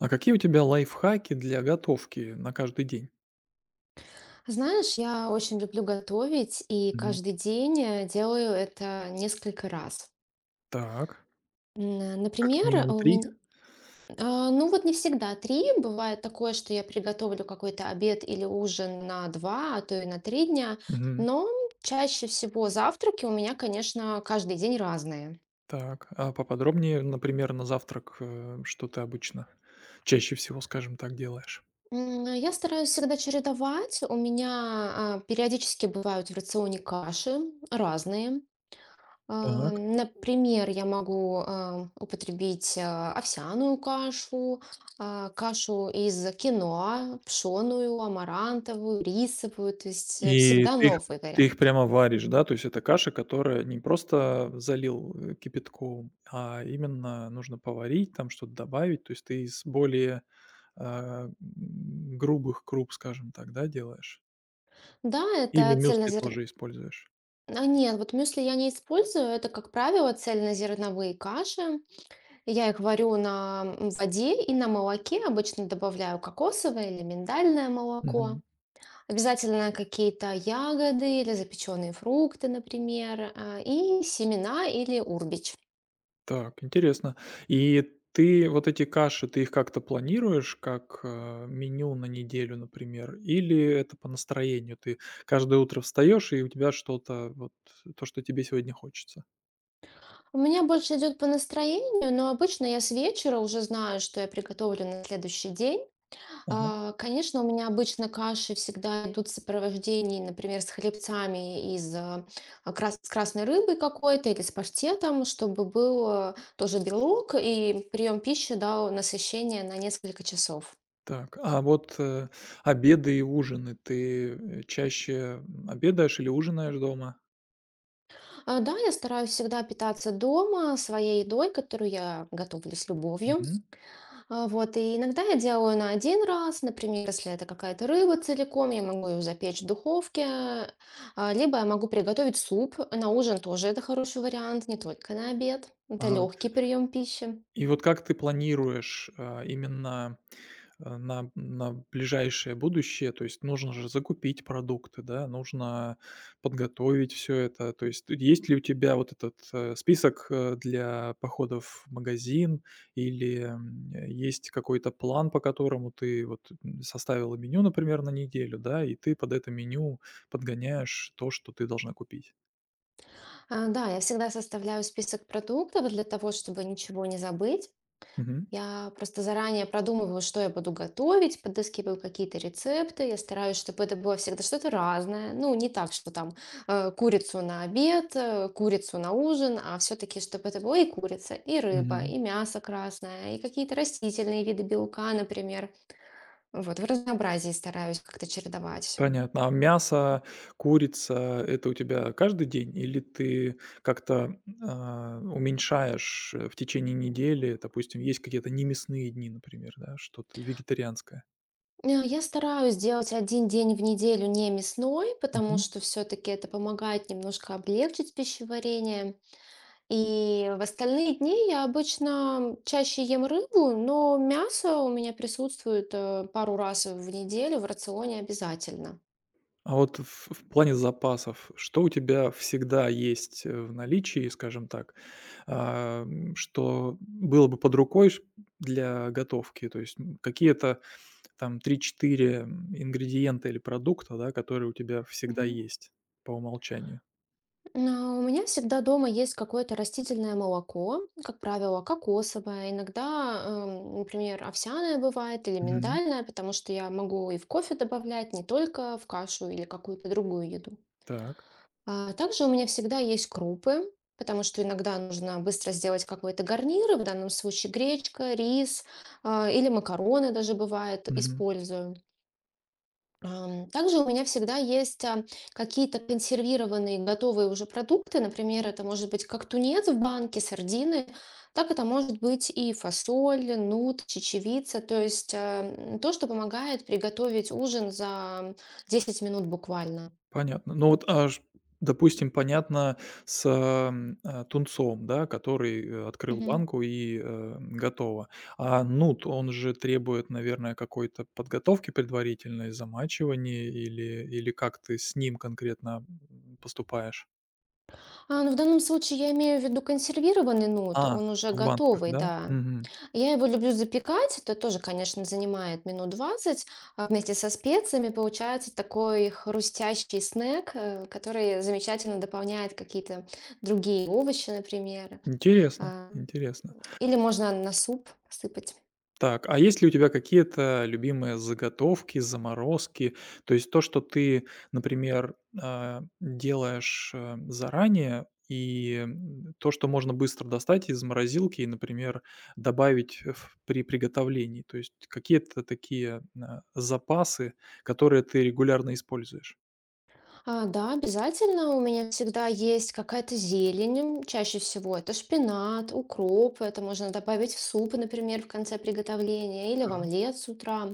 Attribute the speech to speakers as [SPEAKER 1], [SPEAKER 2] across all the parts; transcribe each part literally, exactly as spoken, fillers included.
[SPEAKER 1] А какие у тебя лайфхаки для готовки на каждый день?
[SPEAKER 2] Знаешь, я очень люблю готовить и
[SPEAKER 1] Мгм.
[SPEAKER 2] каждый день э, делаю это несколько раз.
[SPEAKER 1] Так,
[SPEAKER 2] М,
[SPEAKER 1] как
[SPEAKER 2] Например,
[SPEAKER 1] минимум
[SPEAKER 2] у
[SPEAKER 1] три.
[SPEAKER 2] меня, а, ну вот не всегда три, бывает такое, что я приготовлю какой-то обед или ужин на два, а то и на три дня,
[SPEAKER 1] Мгм.
[SPEAKER 2] но чаще всего завтраки у меня, конечно, каждый день разные.
[SPEAKER 1] Так, а поподробнее, например, на завтрак, э, что ты обычно чаще всего, скажем так, делаешь?
[SPEAKER 2] М, Я стараюсь всегда чередовать. У меня а, периодически бывают в рационе каши разные. А,
[SPEAKER 1] Так.
[SPEAKER 2] Например, я могу а, употребить а, овсяную кашу, а, кашу из киноа, пшеную, амарантовую, рисовую, то есть э,
[SPEAKER 1] И
[SPEAKER 2] всегда
[SPEAKER 1] ты их
[SPEAKER 2] новый
[SPEAKER 1] ты их
[SPEAKER 2] вариант.
[SPEAKER 1] прямо варишь, да? То есть это каша, которая не просто залил, э, кипятком, а именно нужно поварить, там что-то добавить. То есть ты из более, а, м, грубых круп, скажем так, да, делаешь?
[SPEAKER 2] Да,
[SPEAKER 1] Или
[SPEAKER 2] это
[SPEAKER 1] мюсли
[SPEAKER 2] цельнозерновые.
[SPEAKER 1] тоже используешь?
[SPEAKER 2] А нет, вот мюсли я не использую, это, как правило, цельнозерновые каши. Я их варю на м, воде и на молоке, обычно добавляю кокосовое или миндальное молоко. Обязательно какие-то ягоды или запеченные фрукты, например, а, и семена или урбич.
[SPEAKER 1] Так, интересно. И ты вот эти каши, ты их как-то планируешь, как, э, меню на неделю, например? Или это по настроению? Ты каждое утро встаешь, и у тебя что-то, вот то, что тебе сегодня хочется?
[SPEAKER 2] У меня больше идет по настроению, но обычно я с вечера уже знаю, что я приготовлю на следующий день.
[SPEAKER 1] Ага.
[SPEAKER 2] А, Конечно, у меня обычно каши всегда идут в сопровождении, например, с хлебцами из а, крас- с красной рыбы какой-то или с паштетом, чтобы был а, тоже белок и прием пищи дал насыщение на несколько часов.
[SPEAKER 1] Так, а вот, э, обеды и ужины, ты, э, чаще, м, обедаешь или ужинаешь дома?
[SPEAKER 2] А, да, я стараюсь всегда питаться дома своей едой, которую я готовлю с любовью.
[SPEAKER 1] Мгм.
[SPEAKER 2] А, вот, и иногда я делаю на один раз, например, если это какая-то рыба целиком, я могу ее запечь в духовке, а, либо я могу приготовить суп. На ужин тоже это хороший вариант, не только на обед. Это
[SPEAKER 1] Ага.
[SPEAKER 2] легкий прием пищи.
[SPEAKER 1] И вот как ты планируешь, а, именно, э, на на ближайшее будущее? То есть нужно же закупить продукты, да, нужно подготовить все это. То есть есть ли у тебя вот этот, э, список, э, для походов в магазин или, м, э, есть какой-то план, по которому ты вот, м, составила меню, например, на неделю, да, и ты под это меню подгоняешь то, что ты должна купить?
[SPEAKER 2] А, да, я всегда составляю список продуктов для того, чтобы ничего не забыть. Я просто заранее продумываю, что я буду готовить, подыскиваю какие-то рецепты. Я стараюсь, чтобы это было всегда что-то разное. Ну, не так, что там э, курицу на обед, э, курицу на ужин, а все-таки, чтобы это было и курица, и рыба,
[SPEAKER 1] Мгм.
[SPEAKER 2] и мясо красное, и какие-то растительные виды белка, например. Вот, в разнообразии стараюсь как-то чередовать все.
[SPEAKER 1] Понятно. А мясо, курица- это у тебя каждый день или ты как-то, а, уменьшаешь, э, в течение недели? Допустим, есть какие-то немясные дни, например, да, что-то вегетарианское.
[SPEAKER 2] Э, Я стараюсь делать один день в неделю не мясной, потому
[SPEAKER 1] Мгм.
[SPEAKER 2] что все-таки это помогает немножко облегчить пищеварение. И в остальные дни я обычно чаще ем рыбу, но мясо у меня присутствует э, пару раз в неделю в рационе обязательно.
[SPEAKER 1] А вот в в плане запасов, что у тебя всегда есть, э, в наличии, скажем так, ам, что было бы под рукой ш для готовки? То есть, м, какие-то там три-четыре ингредиента или продукта, да, которые у тебя всегда
[SPEAKER 2] Мгм.
[SPEAKER 1] есть по умолчанию.
[SPEAKER 2] Но у меня всегда дома есть какое-то растительное молоко, как правило, кокосовое, иногда, эм, например, овсяное бывает или
[SPEAKER 1] Мгм.
[SPEAKER 2] миндальное, потому что я могу и в кофе добавлять, не только в кашу или какую-то другую еду.
[SPEAKER 1] Так.
[SPEAKER 2] А также у меня всегда есть крупы, потому что иногда нужно быстро сделать какой-то гарнир, и в данном случае гречка, рис, а, или макароны даже бывает
[SPEAKER 1] Мгм.
[SPEAKER 2] использую. Ам, Также у меня всегда есть а, какие-то консервированные готовые уже продукты. Например, это может быть как тунец в банке, сардины, так это может быть и фасоль, нут, чечевица. То есть а, м, то, что помогает приготовить ужин за десять минут буквально.
[SPEAKER 1] Понятно. Ну вот, а ш допустим, понятно с, ам, а, тунцом, да, который, э, открыл
[SPEAKER 2] Мгм.
[SPEAKER 1] банку и, э, готово. А нут, он же требует, наверное, какой-то подготовки предварительной, замачивания или или как ты с ним конкретно, м, поступаешь?
[SPEAKER 2] А, ну, в данном случае я имею в виду консервированный нут,
[SPEAKER 1] А,
[SPEAKER 2] он уже
[SPEAKER 1] в банках,
[SPEAKER 2] готовый,
[SPEAKER 1] да?
[SPEAKER 2] да.
[SPEAKER 1] Мгм.
[SPEAKER 2] Я его люблю запекать. Это тоже, конечно, занимает минут двадцать. А вместе со специями получается такой хрустящий снэк, э, который замечательно дополняет какие-то другие овощи, например.
[SPEAKER 1] Интересно
[SPEAKER 2] А,
[SPEAKER 1] интересно.
[SPEAKER 2] Или можно на суп сыпать.
[SPEAKER 1] Так, а есть ли у тебя какие-то любимые заготовки, заморозки? То есть то, что ты, например, а, делаешь, э, заранее, и, м, то, что можно быстро достать из морозилки и, например, добавить в при приготовлении. То есть какие-то такие, а, запасы, которые ты регулярно используешь?
[SPEAKER 2] А, да, обязательно у меня всегда есть какая-то зелень. м, Чаще всего это шпинат, укроп. Это можно добавить в суп, например, в конце приготовления или в
[SPEAKER 1] Да.
[SPEAKER 2] омлет с утра.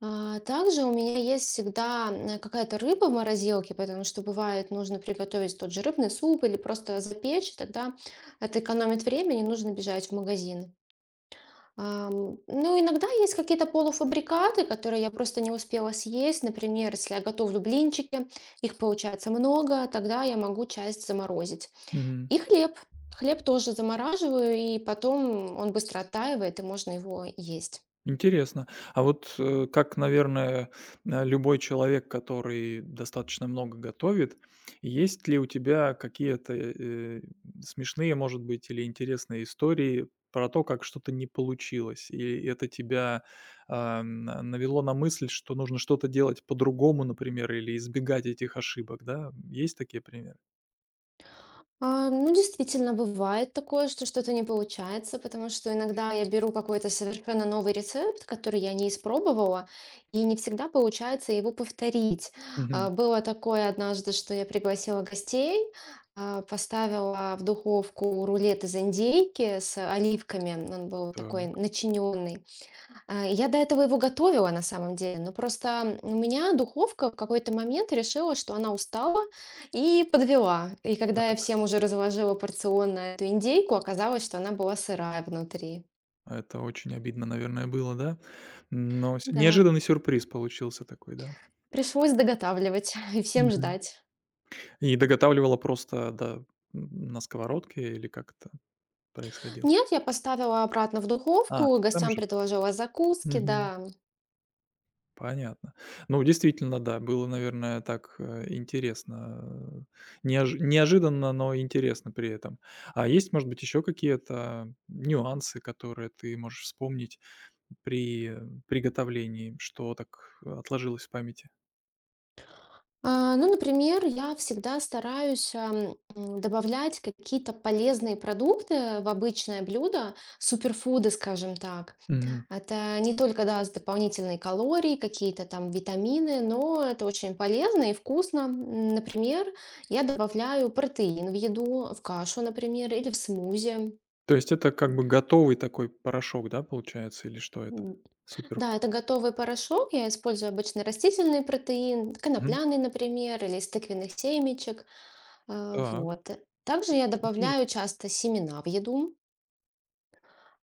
[SPEAKER 2] А, также у меня есть всегда, м, какая-то рыба в морозилке, потому что бывает нужно приготовить тот же рыбный суп или просто запечь, тогда это экономит время, не нужно бежать в магазин. Ам, ну, иногда есть какие-то полуфабрикаты, которые я просто не успела съесть. Например, если я готовлю блинчики, их получается много, тогда я могу часть заморозить.
[SPEAKER 1] Мгм.
[SPEAKER 2] И хлеб. Хлеб тоже замораживаю, и потом он быстро оттаивает, и можно его есть.
[SPEAKER 1] Интересно. А вот, э, как, наверное, э, любой человек, который достаточно много готовит, есть ли у тебя какие-то, э, смешные, может быть, или интересные истории про то, как что-то не получилось? И это тебя, а, на навело на мысль, что нужно что-то делать по-другому, например, или избегать этих ошибок, да? Есть такие примеры?
[SPEAKER 2] А, ну, действительно, бывает такое, что что-то не получается, потому что иногда я беру какой-то совершенно новый рецепт, который я не испробовала, и не всегда получается его повторить.
[SPEAKER 1] Мгм.
[SPEAKER 2] А, было такое однажды, что я пригласила гостей, а, поставила в духовку рулет из индейки с оливками, он был такой
[SPEAKER 1] Так,
[SPEAKER 2] начиненный. А, я до этого его готовила на самом деле, но просто у меня духовка в какой-то момент решила, что она устала и подвела. И когда я
[SPEAKER 1] так.
[SPEAKER 2] всем уже разложила порционно эту индейку, оказалось, что она была сырая внутри.
[SPEAKER 1] Это очень обидно, наверное, было, да? Но с
[SPEAKER 2] Да,
[SPEAKER 1] неожиданный сюрприз получился такой, да?
[SPEAKER 2] пришлось доготавливать и всем ждать.
[SPEAKER 1] И доготавливала просто, до м, на сковородке или как это происходило?
[SPEAKER 2] Нет, я поставила обратно в
[SPEAKER 1] А,
[SPEAKER 2] духовку,
[SPEAKER 1] там
[SPEAKER 2] гостям
[SPEAKER 1] же?
[SPEAKER 2] предложила закуски,
[SPEAKER 1] Мгм.
[SPEAKER 2] да.
[SPEAKER 1] Понятно. Ну, действительно, да, было, наверное, так, э, интересно, э, неожи неожиданно, но интересно при этом. А есть, может быть, еще какие-то нюансы, которые ты можешь вспомнить при э, приготовлении, что так отложилось в памяти?
[SPEAKER 2] А, ну, например, я всегда стараюсь ам, м, добавлять какие-то полезные продукты в обычное блюдо, суперфуды, скажем так.
[SPEAKER 1] Мгм.
[SPEAKER 2] Это не только даст дополнительные калории, какие-то там витамины, но это очень полезно и вкусно. М, Например, я добавляю протеин в еду, в кашу, например, или в смузи.
[SPEAKER 1] То есть это как бы готовый такой порошок, да, получается, или что это?
[SPEAKER 2] М,
[SPEAKER 1] Супер.
[SPEAKER 2] Да, это готовый порошок. Я использую обычно растительный протеин,
[SPEAKER 1] Мгм.
[SPEAKER 2] конопляный, например, или из тыквенных семечек. А,
[SPEAKER 1] Так,
[SPEAKER 2] Вот. Также я
[SPEAKER 1] интере
[SPEAKER 2] добавляю часто семена в еду.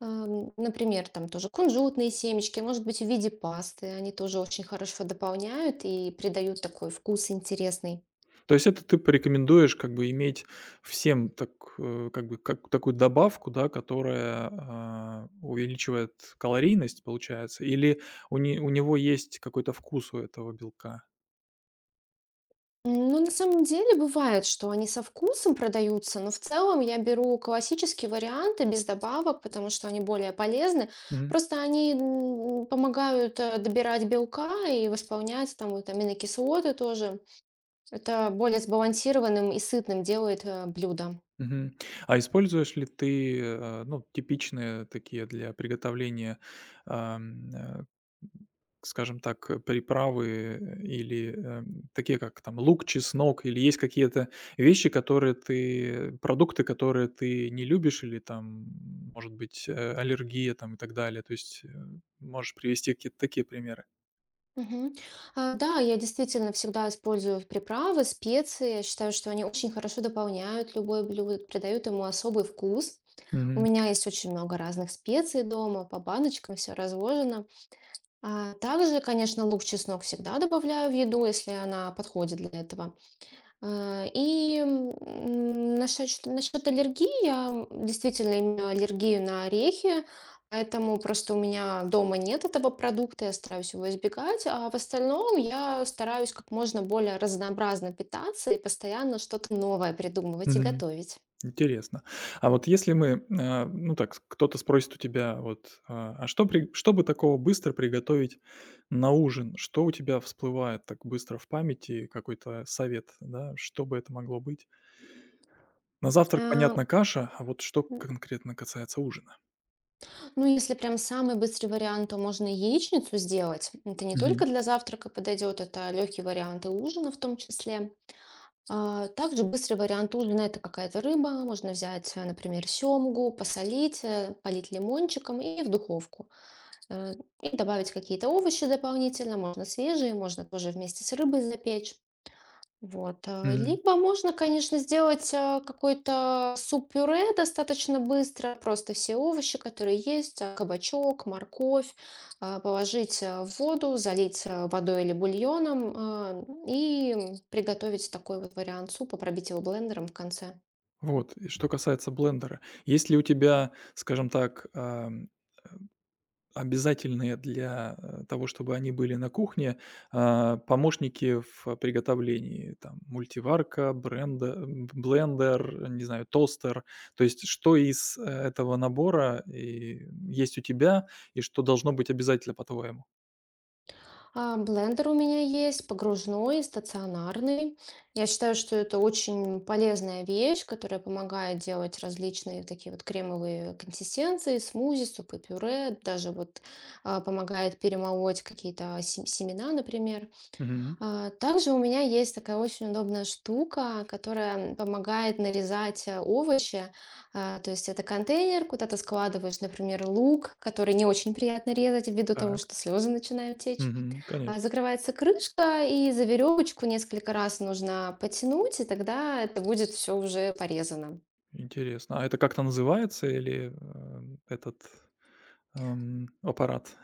[SPEAKER 2] Ам, Например, там тоже кунжутные семечки, может быть, в виде пасты. Они тоже очень хорошо дополняют и придают такой вкус интересный.
[SPEAKER 1] То есть это ты порекомендуешь как бы иметь всем так, э, как бы как такую добавку, да, которая, а, увеличивает калорийность, получается, или у не у него есть какой-то вкус у этого белка?
[SPEAKER 2] М, Ну, на самом деле бывает, что они со вкусом продаются, но в целом я беру классические варианты без добавок, потому что они более полезны. Просто они м, помогают э, добирать белка и восполнять там вот аминокислоты тоже. Это более сбалансированным и сытным делает э, блюдо.
[SPEAKER 1] Мгм. А используешь ли ты, э, ну, типичные такие для приготовления, ам, э, скажем так, э, приправы, э, или, эм, такие, как там лук, чеснок, или есть какие-то вещи, которые ты э, продукты, которые ты не любишь, или там, может быть, э, аллергия там и так далее? То есть, э, можешь привести какие-то такие примеры?
[SPEAKER 2] Мгм. А, Да, я действительно всегда использую приправы, специи. Я считаю, что они очень хорошо дополняют любое блюдо, придают ему особый вкус. У
[SPEAKER 1] Мгм.
[SPEAKER 2] меня есть очень много разных специй дома, по баночкам все разложено. А также, конечно, лук, чеснок всегда добавляю в еду, если она подходит для этого. А, и, м, Насчет насчет аллергии, я действительно имею аллергию на орехи, поэтому просто у меня дома нет этого продукта, я стараюсь его избегать. А в остальном я стараюсь как можно более разнообразно питаться и постоянно что-то новое придумывать и готовить.
[SPEAKER 1] Интересно. А вот если мы, а, ну так, с- кто-то спросит у тебя, вот, а а что, при, что бы такого быстро приготовить на ужин? Что у тебя всплывает так быстро в памяти? Какой-то совет, да? Что бы это могло быть? На завтрак,
[SPEAKER 2] А,
[SPEAKER 1] понятно, каша, а вот что конкретно касается ужина?
[SPEAKER 2] ну, если прям самый быстрый вариант, то можно яичницу сделать. Это не
[SPEAKER 1] Мгм.
[SPEAKER 2] только для завтрака подойдет, это легкий вариант и ужина в том числе. А, Также быстрый вариант ужина — это какая-то рыба. Можно взять, э, например, семгу, посолить, э, полить лимончиком и в духовку. Э, И добавить какие-то овощи дополнительно. Можно свежие, можно тоже вместе с рыбой запечь. Вот. а,
[SPEAKER 1] Мгм.
[SPEAKER 2] Либо можно, конечно, сделать а, какой-то суп-пюре достаточно быстро. Просто все овощи, которые есть, а, кабачок, морковь, а, положить а, в воду, залить а, водой или бульоном, а, и приготовить такой вот вариант супа, пробить его блендером в конце.
[SPEAKER 1] Вот, и что касается блендера, есть ли у тебя, скажем так, а, обязательные для, э, того, чтобы они были на кухне, а, помощники в приготовлении: там мультиварка, бренда м, блендер, не знаю, тостер. То есть что из, э, этого набора и есть у тебя, и что должно быть обязательно, по-твоему?
[SPEAKER 2] А, Блендер у меня есть, погружной, стационарный. Я считаю, что это очень полезная вещь, которая помогает делать различные такие вот кремовые консистенции, смузи, супы, пюре, даже вот а, помогает перемолоть какие-то сем- семена, например.
[SPEAKER 1] Мгм.
[SPEAKER 2] А, также у меня есть такая очень удобная штука, которая помогает нарезать, э, овощи. А, то есть это контейнер, куда ты складываешь, например, лук, который не очень приятно резать ввиду того,
[SPEAKER 1] Так.
[SPEAKER 2] что слезы начинают течь.
[SPEAKER 1] Мгм.
[SPEAKER 2] А,
[SPEAKER 1] Конечно.
[SPEAKER 2] закрывается крышка, и за веревочку несколько раз нужно потянуть, и тогда это будет все уже порезано.
[SPEAKER 1] Интересно. А это как-то называется или, э, этот, эм, аппарат?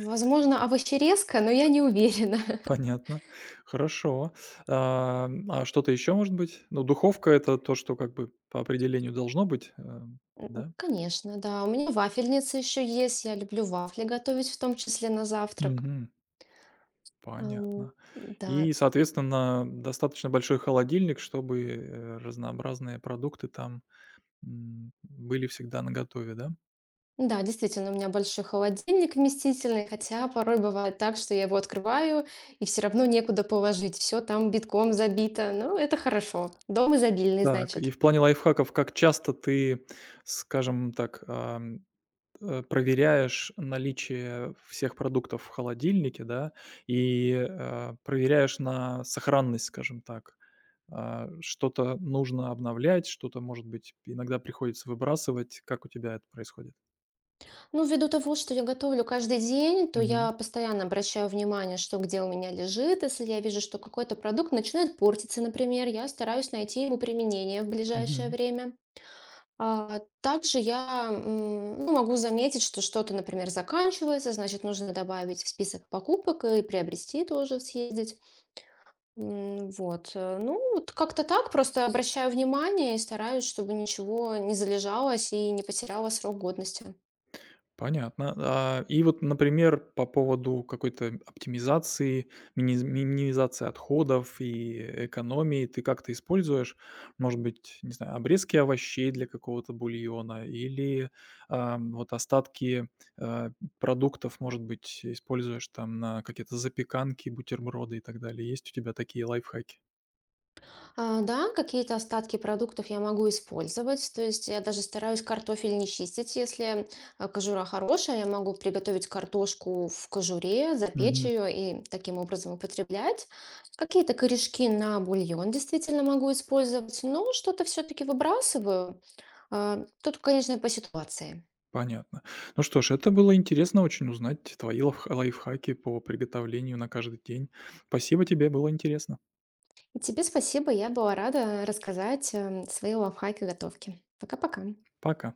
[SPEAKER 2] Возможно, овощерезка, но я не уверена.
[SPEAKER 1] Понятно. Хорошо. Ам, а что-то еще может быть? Ну, духовка- это то, что как бы по определению должно быть, эм,
[SPEAKER 2] М,
[SPEAKER 1] да?
[SPEAKER 2] Конечно, да. У меня вафельница еще есть. Я люблю вафли готовить, в том числе на завтрак.
[SPEAKER 1] Мгм.
[SPEAKER 2] Ам,
[SPEAKER 1] Понятно.
[SPEAKER 2] да.
[SPEAKER 1] И, соответственно, достаточно большой холодильник, чтобы, э, разнообразные продукты там, м, были всегда наготове, да?
[SPEAKER 2] Да, действительно, у меня большой холодильник вместительный, хотя порой бывает так, что я его открываю, и все равно некуда положить. Все там битком забито. Ну, это хорошо. Дом изобильный,
[SPEAKER 1] Так, и
[SPEAKER 2] значит.
[SPEAKER 1] в плане лайфхаков, как часто ты, скажем так, э, проверяешь наличие всех продуктов в холодильнике, да, и, э, проверяешь на сохранность, скажем так. А, что-то нужно обновлять, что-то, может быть, иногда приходится выбрасывать. Как у тебя это происходит?
[SPEAKER 2] Ну, ввиду того, что я готовлю каждый день, то
[SPEAKER 1] Мгм.
[SPEAKER 2] я постоянно обращаю внимание, что где у меня лежит. Если я вижу, что какой-то продукт начинает портиться, например, я стараюсь найти ему применение в ближайшее
[SPEAKER 1] Мгм.
[SPEAKER 2] время. А, также я, м, ну, могу заметить, что что-то, например, заканчивается, значит, нужно добавить в список покупок и приобрести тоже, съездить. М, вот, э, ну, вот как-то так, просто обращаю внимание и стараюсь, чтобы ничего не залежалось и не потеряло срок годности.
[SPEAKER 1] Понятно. А, и вот, например, по поводу какой-то оптимизации, миниз минимизации отходов и экономии ты как-то используешь, может быть, не знаю, обрезки овощей для какого-то бульона или, ам, вот остатки, э, продуктов, может быть, используешь там на какие-то запеканки, бутерброды и так далее. Есть у тебя такие лайфхаки?
[SPEAKER 2] А, да, какие-то остатки продуктов я могу использовать. То есть я даже стараюсь картофель не чистить. Если а, кожура хорошая, я могу приготовить картошку в кожуре, запечь ее и таким образом употреблять. Какие-то корешки на бульон действительно могу использовать, но что-то все-таки выбрасываю. А, Тут, конечно, по ситуации.
[SPEAKER 1] Понятно. Ну что ж, это было интересно очень узнать твои лайф- лайфхаки по приготовлению на каждый день. Спасибо тебе, было интересно.
[SPEAKER 2] И тебе спасибо, я была рада рассказать эм, свои лайфхаки готовки. Пока-пока.
[SPEAKER 1] Пока.